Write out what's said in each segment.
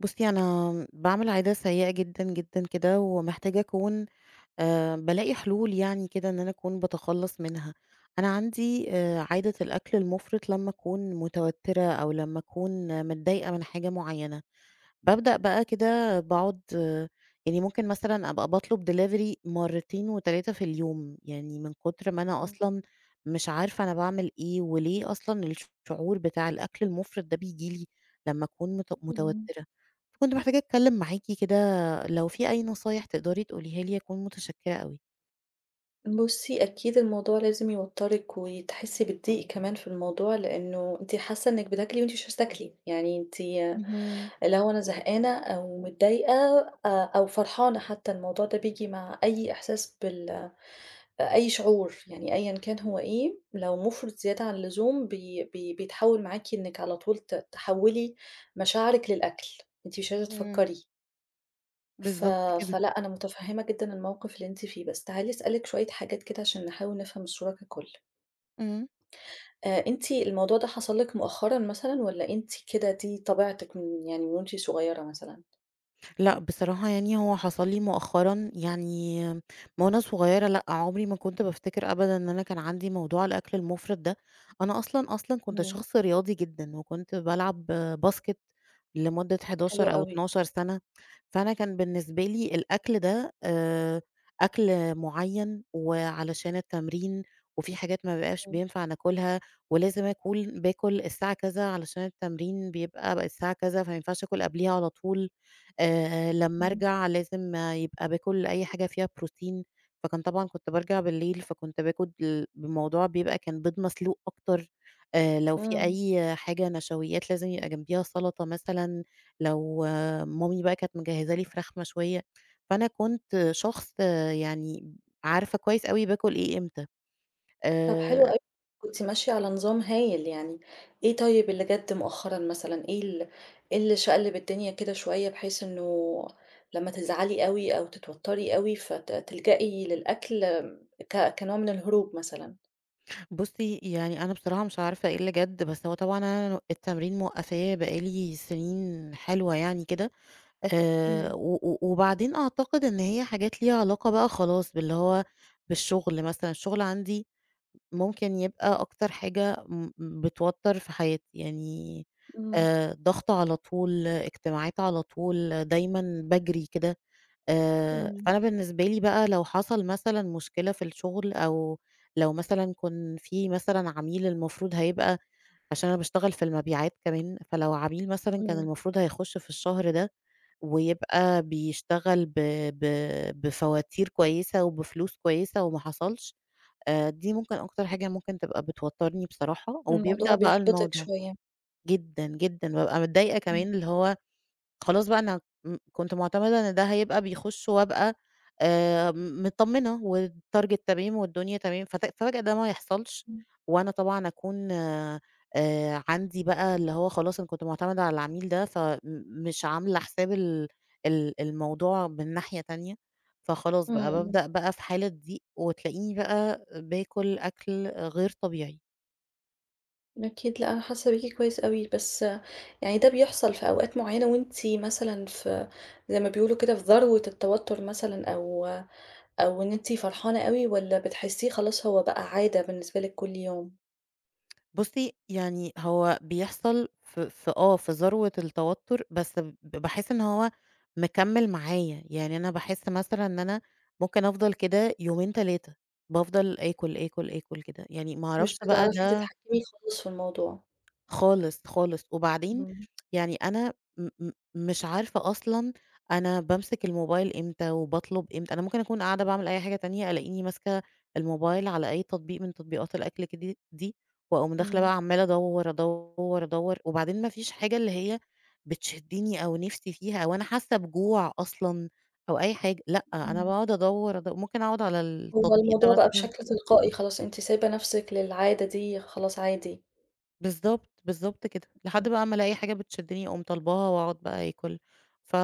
بُصّي، أنا باعمل عادة سيئة جدًا، جدًا كده ومحتاجة أكون بالاقي حلول يعني كده إن أنا أكون باتخلّص منها. أنا عندي عادة الأكل المُفرِط لمّا أكون متوتّرة أو لمّا أكون متضايقة من حاجة معيّنة. بابدأ بقى كده باقعد يعني ممكن مثلًا أبقى باطلب delivery مرتين و3 في اليوم، يعني من كتر ما أنا إمم، أصلًا مش عارفة أنا باعمل إيه، وليه أصلًا الشعور بتاع الأكل المُفرط ده بييجي لي لمّا أكون إمم. متوترة، فكنت محتاجة أتكلم معاكِ كده لو في أي نصايح تقدري تقوليها لي أكون متشكرة أوي. بُصّي، أكيد الموضوع لازم يوتّرِك وتحسّي بالضيق كمان في الموضوع، لإنه أنتِ حاسّة إنِّك بتاكلي وأنتِ مش عايزة تاكلي، يعني أنتِ اهم، اللي هو أنا زهقانة أو متضايقة أو فرحانة حتى، الموضوع ده بييجي مع أي إحساس بال آه، أي شعور يعني أيًا كان هو إيه، لو مُفرط زيادة عن اللزوم بي بي بيتحوّل معاكِ إنِّك على طول تحوّلي مشاعرِك للأكل، أنتِ مش عايزة اهم، تفكّري. ف بالضبط كده، فلأ، أنا متفهّمة جدًا الموقِف اللي أنتِ فيه، بس تعالي أسألِك شوية حاجات كده عشان نحاول نفهم الصورة ككُل. إمم. أنتِ الموضوع ده حصل لِك مؤخرًا مثلًا والّا أنتِ كده دي طبيعتِك من يعني من وأنتِ صغيّرة مثلًا؟ لأ، بصراحة يعني هو حصل لي مؤخرًا، يعني ما وأنا صغيرة لأ، عمري ما كنت بافتكر أبدًا إن أنا كان عندي موضوع الأكل المفرط ده، أنا أصلًا، أصلًا كنت إمم، شخص رياضي جدًا، وكنت بالعب باسكت لمدة حلو 11 أو أوي. 12 سنة، فأنا كان بالنسبة لي الأكل ده أكل معين وعلشان التمرين، وفي حاجات ما بيبقاش إمم. بينفع ناكلها، ولازم باكل الساعة كذا علشان التمرين بيبقى بقى الساعة كذا، فما ينفعش آكل قبليها على طول. لمّا إمم. أرجع لازم يبقى باكل أي حاجة فيها بروتين، فكان طبعًا كنت بارجع بالليل، فكنت باكل بموضوع بيبقى كان بيض مسلوق أكتر، لو في إمم. أي حاجة نشويات لازم يبقى جنبيها سلطة مثلًا، لو آه، مامي بقى كانت مجهزة لي فراخ مشوية، فأنا كنت شخص يعني عارفة كويس أوي باكل إيه إمتى. طب حلو آآ أوي، كنتِ ماشية على نظام هايل يعني، إيه طيب اللي جَد مؤخرًا مثلًا، إيه اللي شقلب الدنيا كده شوية بحيث إنه لمّا تزعلي أوي أو تتوتري أوي تلجئي للأكل كنوع من الهروب مثلًا؟ بُصّي، يعني أنا بصراحة مش عارفة إيه اللي جَد، بس هو طبعًا أنا التمرين موقّفاه بقى لي سنين حلوة يعني كده. إمم، و و وبعدين أعتقد إن هي حاجات ليها علاقة بقى خلاص باللي هو بالشغل مثلًا، الشغل عندي ممكن يبقى أكتر حاجة بتوتّر في حياتي، يعني إمم، ضغط على طول، اجتماعات على طول، دايمًا باجري كده، إمم، فأنا بالنسبة لي بقى لو حصل مثلًا مشكلة في الشغل أو لو مثلًا كان في مثلًا عميل المفروض هيبقى عشان أنا باشتغل في المبيعات كمان، فلو عميل مثلًا كان إمم، المفروض هيخش في الشهر ده ويبقى بيشتغل ب ب بفواتير كويسة وبفلوس كويسة وما حصلش، دي ممكن أكتر حاجة ممكن تبقى بتوتّرني بصراحة، الموضوع وبيبدأ بقى بيحبطِك الموضوع شوية. جدًا، جدًا، بابقى متضايقة إمم، كمان اللي هو خلاص بقى أنا م كنت مُعتمدة إن ده هيبقى بيخُش وأبقى متطمنة والtarget تمام والدنيا تمام، ففجأة ده ما يحصلش، إمم، وأنا طبعًا أكون عندي بقى اللي هو خلاص أنا كنت مُعتمدة على العميل ده، فمش عاملة حساب ال ال الموضوع من ناحية تانية، فخلاص إمم، بقى إمم، بابدأ بقى في حالة ضيق، وتلاقيني بقى باكل أكل غير طبيعي. أكيد لأ، أنا حاسة بيكِ كويس أوي، بس يعني ده بيحصل في أوقات معينة وأنتِ مثلًا في زي ما بيقولوا كده في ذروة التوتر مثلًا أو أو إن أنتِ فرحانة أوي والّا بتحسّيه خلاص هو بقى عادة بالنسبة لِك كل يوم، بُصّي، يعني هو بيحصل في ذروة التوتر، بس باحس إن هو مكمّل معايا، يعني أنا باحس مثلًا إن أنا ممكن أفضل كده يومين، 3 بافضل آكل، آكل، آكل كده، يعني ما مش أعرفش بقى بتعرفي ده تتحكمي خالص في الموضوع؟ خالص، خالص، وبعدين إمم. يعني أنا م م مش عارفة أصلًا أنا بامسك الموبايل إمتى وباطلب إمتى، أنا ممكن أكون قاعدة باعمل أي حاجة تانية ألاقيني ماسكة الموبايل على أي تطبيق من تطبيقات الأكل ك دي دي، وأقوم داخلة إمم، بقى عمّالة أدوّر، أدوّر، أدوّر، وبعدين ما فيش حاجة اللي هي بتشدّني أو نِفْسي فيها أو أنا حاسة بجوع أصلًا أو أي حاجة، لأ، أنا إمم. باقعد أدوّر، ممكن أقعد على هو التطبيق ده الموضوع بقى مثلًا بشكل تلقائي خلاص، أنتِ سايبة نَفْسِك للعادة دي خلاص عادي. بالضبط، بالضبط كده، إمم، لحد بقى أمّا ألاقي حاجة بتشدّني أقوم طالباها وأقعد بقى آكل، ف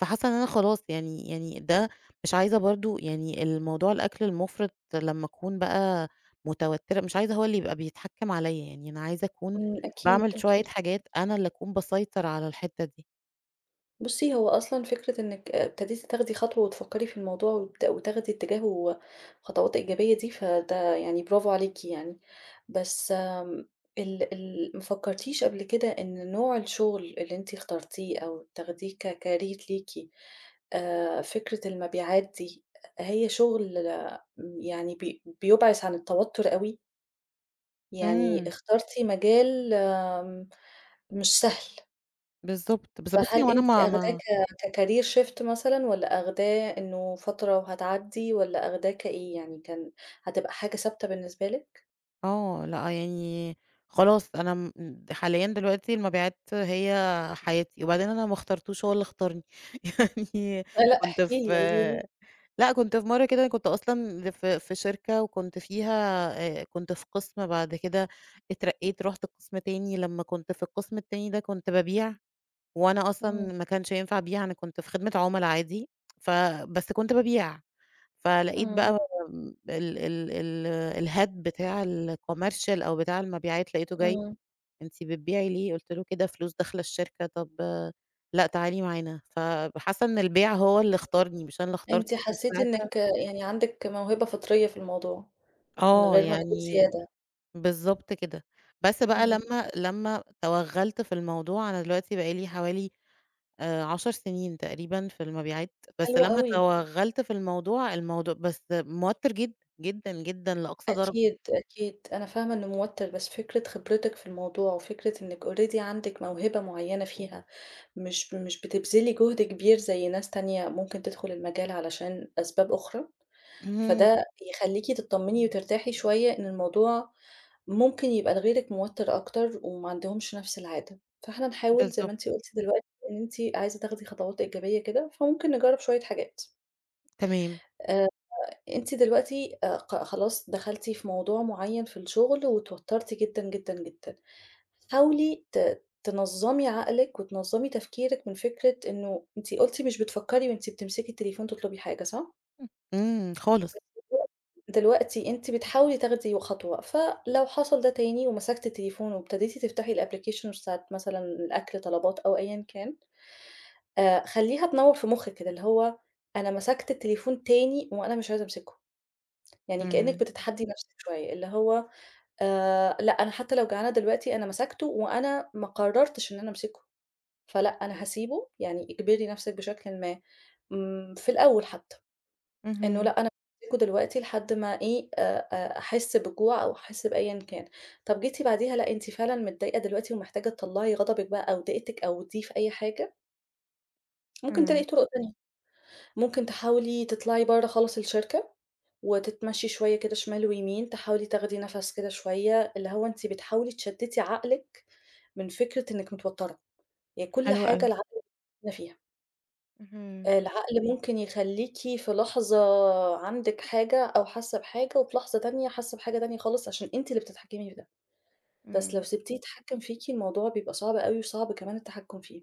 فحاسة إن أنا خلاص يعني ده مش عايزة برضه يعني الموضوع الأكل المُفرِط لمّا أكون بقى متوترة مش عايزة هو اللي يبقى بيتحكم عليّا، يعني أنا عايزة أكون إمم، أكيد، باعمل شوية أكيد. حاجات أنا اللي أكون باسيطر على الحتّة دي. بُصّي، هو أصلًا فكرة إنِّك ابتديتِ تاخدي خطوة وتفكّري في الموضوع وتاخدي اتجاهه خطوات إيجابية دي، فده يعني برافو عليكِ يعني. بس ال ال ما فكّرتيش قبل كده إن نوع الشغل اللي أنتِ اخترتيه أو تاخديه كcareer ليكِ، فكرة المبيعات دي، هي شغل يعني بيُبعِد عن التوتُّر أوي؟ يعني إمم، اخترتِ مجال مش سهل. بالضبط، بس بُصّي فهل هو أنا أنتِ ما آخداه ما كcareer shift مثلًا والّا آخداه إنه فترة وهتعدّي والّا آخداه كإيه يعني كان هتبقى حاجة ثابتة بالنسبة لِك؟ آه، لأ يعني خلاص أنا م حاليًا دلوقتي المبيعات هي حياتي، وبعدين أنا ما اخترتوش هو اللي اختارني. يعني لأ كنت احكِ في لي قولي لي. لأ، كنت في مرّة كده كنت أصلًا في شركة وكنت فيها كنت في قسم بعد كده اترقيت رُحت قسم تاني، لمّا كنت في القسم التاني ده كنت بابيع، وأنا أصلًا إمم. ما كانش ينفع أبيع أنا كنت في خدمة عُملا عادي، ف بس كنت بابيع، فلقيت إمم، بقى ال ال ال الhead بتاع الcommercial أو بتاع المبيعات لقيته جاي إمم. أنتِ بتبيعي ليه؟ قُلت له كده فلوس داخلة الشركة، طب آه، لأ تعالي معانا، فحاسة إن البيع هو اللي اختارني مش أنا اللي اخترته أنتِ في حسيتِ الساعتها إنِّك يعني عندِك موهبة فطرية في الموضوع، من آه، غير مجهود يعني زيادة. بالضبط كده. بس بقى إمم، لمّا توغّلت في الموضوع أنا دلوقتي بقى لي حوالي 10 سنين تقريبًا في المبيعات، بس حلو لمّا أوي. توغّلت في الموضوع، الموضوع بس موتّر جدًا، جدًا، جدًا لأقصى درجة. أكيد، أكيد. أنا فاهمة إنه موتِّر، بس فكرة خبرتِك في الموضوع وفكرة إنِّك already عندِك موهبة معيّنة فيها، مش بتبذلي جهد كبير زي ناس تانية ممكن تدخُل المجال علشان أسباب أخرى، اهم، فده يخلّيكِ تطمّني وترتاحي شوية إن الموضوع ممكن يبقى لغيرِك موتِّر أكتر وما عندهمش نَفْس العادة. فإحنا نحاول زي ما بالضبط، أنتِ قُلتِ دلوقتي إن أنتِ عايزة تاخدي خطوات إيجابية كده، فممكن نجرّب شوية حاجات. تمام. آآ أنتِ دلوقتي خلاص دخلتِ في موضوع معيّن في الشغل واتوترتِ جدًا، جدًا، جدًا. حاولي تنظّمي عقلِك وتنظّمي تفكيرِك من فكرة إنه أنتِ قُلتِ مش بتفكّري وأنتِ بتمسكي التليفون تطلبي حاجة، صح؟ إمم، خالص. دلوقتي أنتِ بتحاولي تاخدي خطوة، فلو حصل ده تاني ومسكتِ التليفون وابتديتِ تفتحي الapplications بتاعة مثلًا الأكل، طلبات أو أيًا كان، خلّيها تنوّر في مخِّك كده، اللي هو أنا مسكت التليفون تاني وأنا مش عايزة أمسكه. يعني كإنِّك إمم، بتتحدّي نَفْسِك شوية، اللي هو لأ، أنا حتى لو جعانة دلوقتي أنا مسكته وأنا ما قرّرتش إن أنا أمسكه، فلأ أنا هاسيبه، يعني اجبري نَفْسِك بشكلٍ ما إمم، في الأول حتى، إنه اهم، لأ أنا ماسكه دلوقتي لحد ما إيه، أحِس بالجوع أو أحِس بأيًا كان. طَب جيتِ بعديها لأ أنتِ فعلًا متضايقة دلوقتي ومحتاجة تطلّعي غضبِك بقى أو ضيقتِك أو دي في أي حاجة، ممكن تلاقي إمم، طُرق تانية، ممكن تحاولي تطلعي برّه خالص الشركة وتتمشي شوية كده شمال ويمين، تحاولي تاخدي نَفَس كده شوية، اللي هو أنتِ بتحاولي تشتتي عقلِك من فكرة إنِّك متوترة، هي كل حلو حاجة أوي. العقل بيفكرنا فيها، اهم، العقل ممكن يخلّيكِ في لحظة عندِك حاجة أو حاسة بحاجة، وفي لحظة تانية حاسة بحاجة تانية خالص عشان أنتِ اللي بتتحكمي في ده، بس لو إمم، سِبتيه يتحكم فيكِ الموضوع بيبقى صعب أوي وصعب كمان التحكم فيه،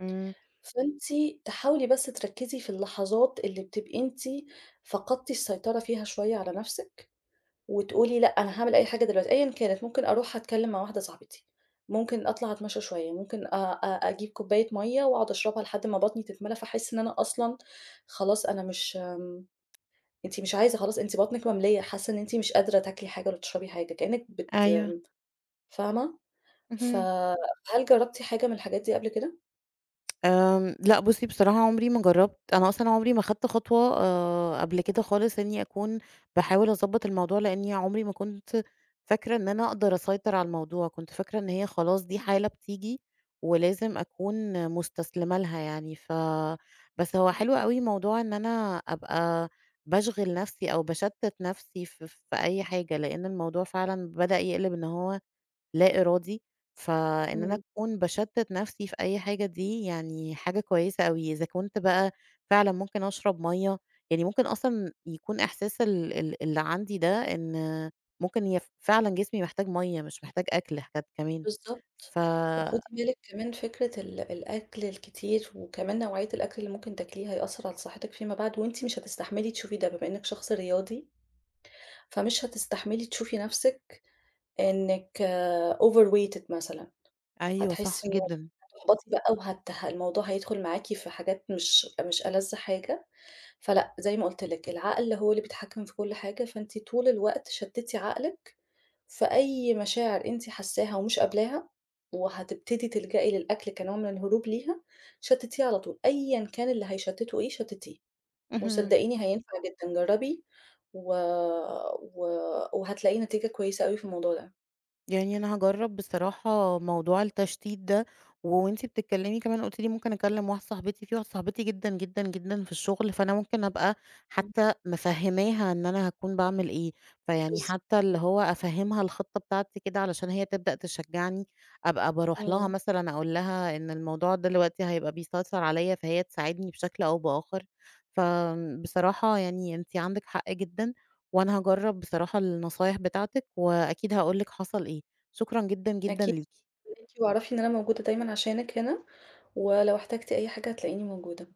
إمم، فأنتِ تحاولي بس تركّزي في اللحظات اللي بتبقي أنتِ فقدتِ السيطرة فيها شوية على نَفْسِك. وتقولي لأ أنا هاعمل أي حاجة دلوقتي، أيًا كانت ممكن أروح أتكلم مع واحدة صاحبتي، ممكن أطلع أتمشى شوية، ممكن أ أ أجيب كوباية مَيّة وأقعد أشربها لحد ما بطني تتملى، فاحس إن أنا أصلًا خلاص أنا مش أنتِ مش عايزة خلاص أنتِ بطنِك مملية، حاسة إن أنتِ مش قادرة تاكلي حاجة ولا تشربي حاجة، كأنِك أيوه، فاهمة؟ اهم، فهل جربتِ حاجة من الحاجات دي قبل كده؟ لأ بُصّي بصراحة عمري ما جرّبت، أنا أصلًا عمري ما خدت خطوة قبل كده خالص إني أكون باحاول أضبّط الموضوع، لإني عمري ما كنت فاكرة إن أنا أقدر أسيطر على الموضوع، كنت فاكرة إن هي خلاص دي حالة بتيجي ولازم أكون مستسلمة لها يعني، بس هو حلو أوي موضوع إن أنا أبقى باشغِل نَفْسي أو باشتِّت نَفْسي في أي حاجة، لإن الموضوع فعلًا بدأ يقلب إن هو لا إرادي، فإن أنا إمم. أكون باشتت نفسي في أي حاجة دي يعني حاجة كويسة أوي، إذا كنت بقى فعلًا ممكن أشرب مَيّة، يعني ممكن أصلًا يكون إحساس ال ال اللي عندي ده إن ممكن هي فعلًا جسمي محتاج مَيّة مش محتاج أكل كمان، بالضبط. ف وخُدي بالِك كمان فكرة الأكل الكتير وكمان نوعية الأكل اللي ممكن تاكليه هيأثّر على صحتِك فيما بعد وأنتِ مش هتستحملي تشوفي ده، بما إنِّك شخص رياضي، فمش هتستحملي تشوفي نَفْسِك إنِّك overweighted مثلًا، أيوه صح. هتحسّي إنه جدًا. هتحبطي بقى وهت ه الموضوع هيدخُل معاكِ في حاجات مش ألَذ حاجة، فلأ، زي ما قُلت لِك العقل هو اللي بيتحكّم في كل حاجة، فأنتِ طول الوقت شتِّتي عقلِك فأي مشاعر أنتِ حاساها ومش قابلاها، وهتبتدي تلجئي للأكل كنوع من الهروب ليها، شتتيه على طول، أيًا كان اللي هيشتته إيه شتتيه، اهم. وصدقيني هينفع جدًا جربي و و وهتلاقي نتيجة كويسة أوي في الموضوع ده. يعني أنا هاجرّب بصراحة موضوع التشتيت ده، وأنتِ بتتكلّمي كمان قُلتِ لي ممكن أكلّم واحدة صاحبتي، في واحدة صاحبتي جدًا، جدًا، جدًا في الشغل، فأنا ممكن أبقى إمم، حتى مفهّماها إن أنا هاكون باعمل إيه، فيعني بالضبط. حتى اللي هو أفهّمها الخطة بتاعتي كده علشان هي تبدأ تشجّعني، أبقى باروح لها إمم، مثلًا أقول لها إن الموضوع ده دلوقتي هيبقى بيسيطر عليَّ، فهي تساعدني بشكل أو بآخر، فآمم، بصراحة يعني أنتِ عندِك حق جدًا، وأنا هاجرّب بصراحة النصايح بتاعتِك، وأكيد هاقول لِك حصل إيه. شكرًا جدًا، جدًا أكيد ليكِ. واعرفي إن أنا موجودة دايمًا عشانِك هنا، ولو احتجتِ أي حاجة هتلاقيني موجودة.